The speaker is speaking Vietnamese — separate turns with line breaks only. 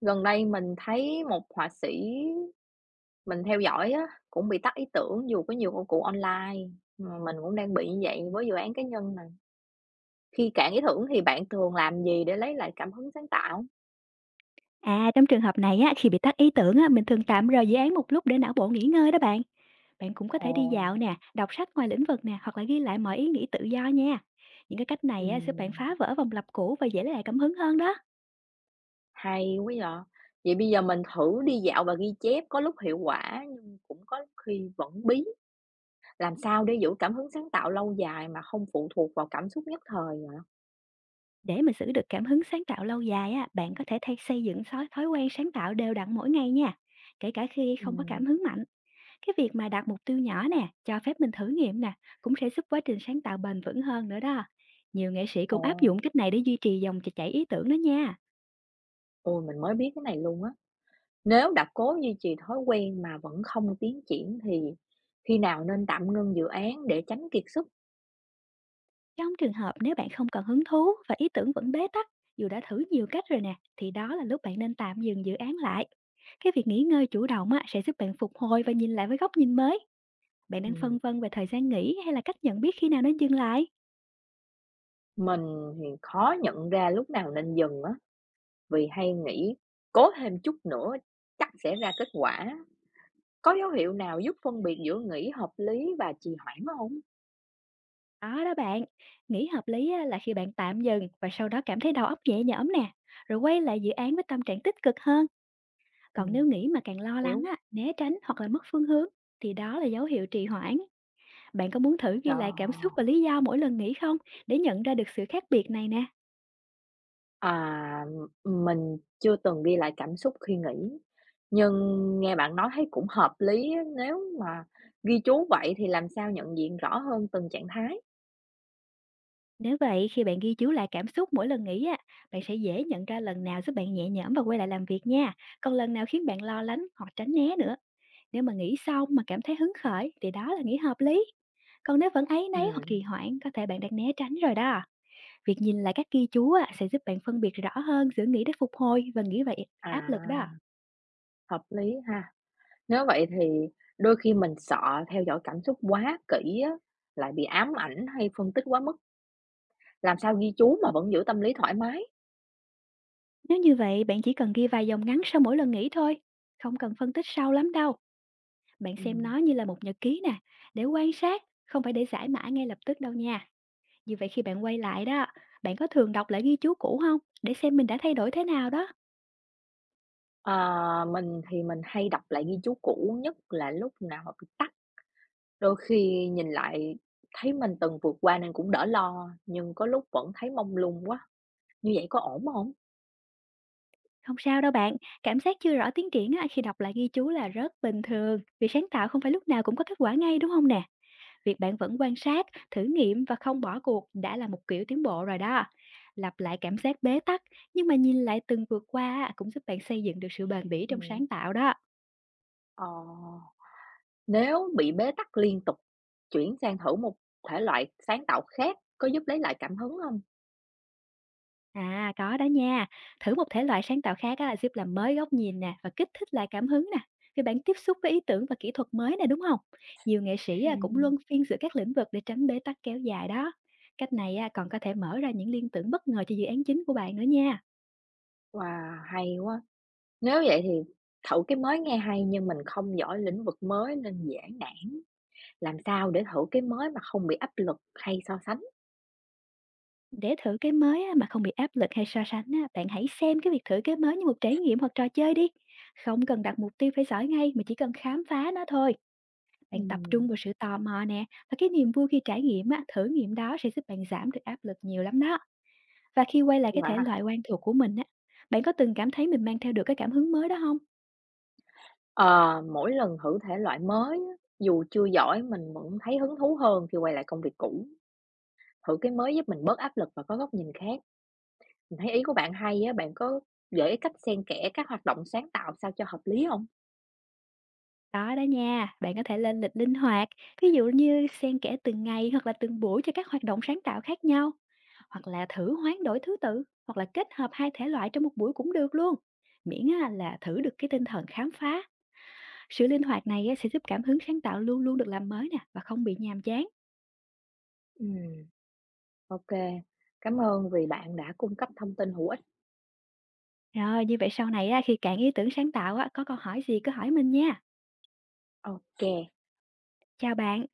Gần đây mình thấy một họa sĩ mình theo dõi á, cũng bị tắt ý tưởng dù có nhiều công cụ online, mà mình cũng đang bị như vậy với dự án cá nhân nè. Khi cạn ý tưởng thì bạn thường làm gì để lấy lại cảm hứng sáng tạo?
À, trong trường hợp này á, khi bị tắc ý tưởng á, mình thường tạm rời dự án một lúc để não bộ nghỉ ngơi đó bạn. Bạn cũng có thể đi dạo
Ồ,
nè, đọc sách ngoài lĩnh vực nè, hoặc là ghi lại mọi ý nghĩ tự do nha. Những cái cách này á, giúp bạn phá
ừm,
vỡ vòng lặp cũ và dễ lấy lại cảm hứng hơn đó.
hay quá vậy. Vậy bây giờ mình thử đi dạo và ghi chép, có lúc hiệu quả nhưng cũng có lúc khi vẫn bí. Làm sao để giữ cảm hứng sáng tạo lâu dài mà không phụ thuộc vào cảm xúc nhất thời vậy?
Để mà giữ được cảm hứng sáng tạo lâu dài á, bạn có thể thay xây dựng thói thói quen sáng tạo đều đặn mỗi ngày nha. Kể cả khi không có
Ừm.
cảm hứng mạnh, cái việc mà đặt mục tiêu nhỏ nè, cho phép mình thử nghiệm nè, cũng sẽ giúp quá trình sáng tạo bền vững hơn nữa đó. Nhiều nghệ sĩ
Ồ,
cũng áp dụng cách này để duy trì dòng chảy ý tưởng đó nha.
ôi mình mới biết cái này luôn á. Nếu đã cố duy trì thói quen mà vẫn không tiến triển thì khi nào nên tạm ngưng dự án để tránh kiệt sức?
Trong trường hợp nếu bạn không còn hứng thú và ý tưởng vẫn bế tắc, dù đã thử nhiều cách rồi nè, thì đó là lúc bạn nên tạm dừng dự án lại. Cái việc nghỉ ngơi chủ động á, sẽ giúp bạn phục hồi và nhìn lại với góc nhìn mới. Bạn đang
Ừm,
phân vân về thời gian nghỉ hay là cách nhận biết khi nào nên dừng lại?
mình thì khó nhận ra lúc nào nên dừng á, vì hay nghĩ cố thêm chút nữa chắc sẽ ra kết quả. Có dấu hiệu nào giúp phân biệt giữa nghỉ hợp lý và trì hoãn không?
Đó đó bạn, nghỉ hợp lý á, là khi bạn tạm dừng và sau đó cảm thấy đầu óc nhẹ nhõm nè, rồi quay lại dự án với tâm trạng tích cực hơn. Còn
Ừm,
nếu nghỉ mà càng lo lắng,
hiểu.
á, né tránh hoặc là mất phương hướng, thì đó là dấu hiệu trì hoãn. Bạn có muốn thử ghi lại cảm xúc và
Rồi.
lý do mỗi lần nghỉ không? Để nhận ra được sự khác biệt này nè.
À, mình chưa từng ghi lại cảm xúc khi nghĩ, nhưng nghe bạn nói thấy cũng hợp lý á, nếu mà ghi chú vậy thì làm sao nhận diện rõ hơn từng trạng thái?
Nếu vậy, khi bạn ghi chú lại cảm xúc mỗi lần nghỉ á, bạn sẽ dễ nhận ra lần nào giúp bạn nhẹ nhõm và quay lại làm việc nha. Còn lần nào khiến bạn lo lắng hoặc tránh né nữa. Nếu mà nghỉ xong mà cảm thấy hứng khởi thì đó là nghỉ hợp lý. Còn nếu vẫn áy náy hoặc
Ừm,
trì hoãn, có thể bạn đang né tránh rồi đó. Việc nhìn lại các ghi chú á, sẽ giúp bạn phân biệt rõ hơn giữa nghỉ để phục hồi và nghỉ vậy áp lực đó.
à, hợp lý ha. Nếu vậy thì đôi khi mình sợ theo dõi cảm xúc quá kỹ á, lại bị ám ảnh hay phân tích quá mức, làm sao ghi chú mà vẫn giữ tâm lý thoải mái?
Nếu như vậy, bạn chỉ cần ghi vài dòng ngắn sau mỗi lần nghỉ thôi, không cần phân tích sâu lắm đâu. Bạn xem
Ừm.
nó như là một nhật ký nè, để quan sát, không phải để giải mã ngay lập tức đâu nha. Như vậy khi bạn quay lại đó, bạn có thường đọc lại ghi chú cũ không? Để xem mình đã thay đổi thế nào đó.
À, mình thì mình hay đọc lại ghi chú cũ, nhất là lúc nào bị tắc. Đôi khi nhìn lại thấy mình từng vượt qua nên cũng đỡ lo, nhưng có lúc vẫn thấy mông lung quá, như vậy có ổn không?
Không sao đâu bạn, cảm giác chưa rõ tiến triển á, khi đọc lại ghi chú là rất bình thường. Vì sáng tạo không phải lúc nào cũng có kết quả ngay đúng không nè? Việc bạn vẫn quan sát, thử nghiệm và không bỏ cuộc đã là một kiểu tiến bộ rồi đó. Lặp lại cảm giác bế tắc, nhưng mà nhìn lại từng vượt qua á, cũng giúp bạn xây dựng được sự bền bỉ trong
Ừm.
sáng tạo đó.
Ờ, nếu bị bế tắc liên tục, chuyển sang thử một thể loại sáng tạo khác có giúp lấy lại cảm hứng không?
À, có đó nha. Thử một thể loại sáng tạo khác á, giúp làm mới góc nhìn nè và kích thích lại cảm hứng nè. Vì bạn tiếp xúc với ý tưởng và kỹ thuật mới nè đúng không? Nhiều nghệ sĩ á, cũng
Ừm.
luân phiên giữa các lĩnh vực để tránh bế tắc kéo dài đó. Cách này á, còn có thể mở ra những liên tưởng bất ngờ cho dự án chính của bạn nữa nha.
Wow, hay quá! Nếu vậy thì thử cái mới nghe hay nhưng mình không giỏi lĩnh vực mới nên dễ nản, làm sao để thử cái mới mà không bị áp lực hay so sánh?
Để thử cái mới á, mà không bị áp lực hay so sánh á, bạn hãy xem cái việc thử cái mới như một trải nghiệm hoặc trò chơi đi. Không cần đặt mục tiêu phải giỏi ngay mà chỉ cần khám phá nó thôi. Bạn tập trung
Ừm.
vào sự tò mò nè và cái niềm vui khi trải nghiệm á, thử nghiệm đó sẽ giúp bạn giảm được áp lực nhiều lắm đó. Và khi quay lại cái thể loại
Wow!
quen thuộc của mình á, bạn có từng cảm thấy mình mang theo được cái cảm hứng mới đó không?
Ờ, mỗi lần thử thể loại mới á, dù chưa giỏi mình vẫn thấy hứng thú hơn khi quay lại công việc cũ. Thử cái mới giúp mình bớt áp lực và có góc nhìn khác. Mình thấy ý của bạn hay á, bạn có gợi ý cách xen kẽ các hoạt động sáng tạo sao cho hợp lý không?
Đó đó nha, bạn có thể lên lịch linh hoạt, ví dụ như xen kẽ từng ngày hoặc là từng buổi cho các hoạt động sáng tạo khác nhau, hoặc là thử hoán đổi thứ tự, hoặc là kết hợp hai thể loại trong một buổi cũng được luôn. Miễn á, là thử được cái tinh thần khám phá. Sự linh hoạt này á, sẽ giúp cảm hứng sáng tạo luôn luôn được làm mới nè và không bị nhàm chán.
Ừm. OK, cảm ơn vì bạn đã cung cấp thông tin hữu ích.
Rồi, như vậy sau này á, khi cạn ý tưởng sáng tạo á, có câu hỏi gì cứ hỏi mình nha.
OK.
Chào bạn.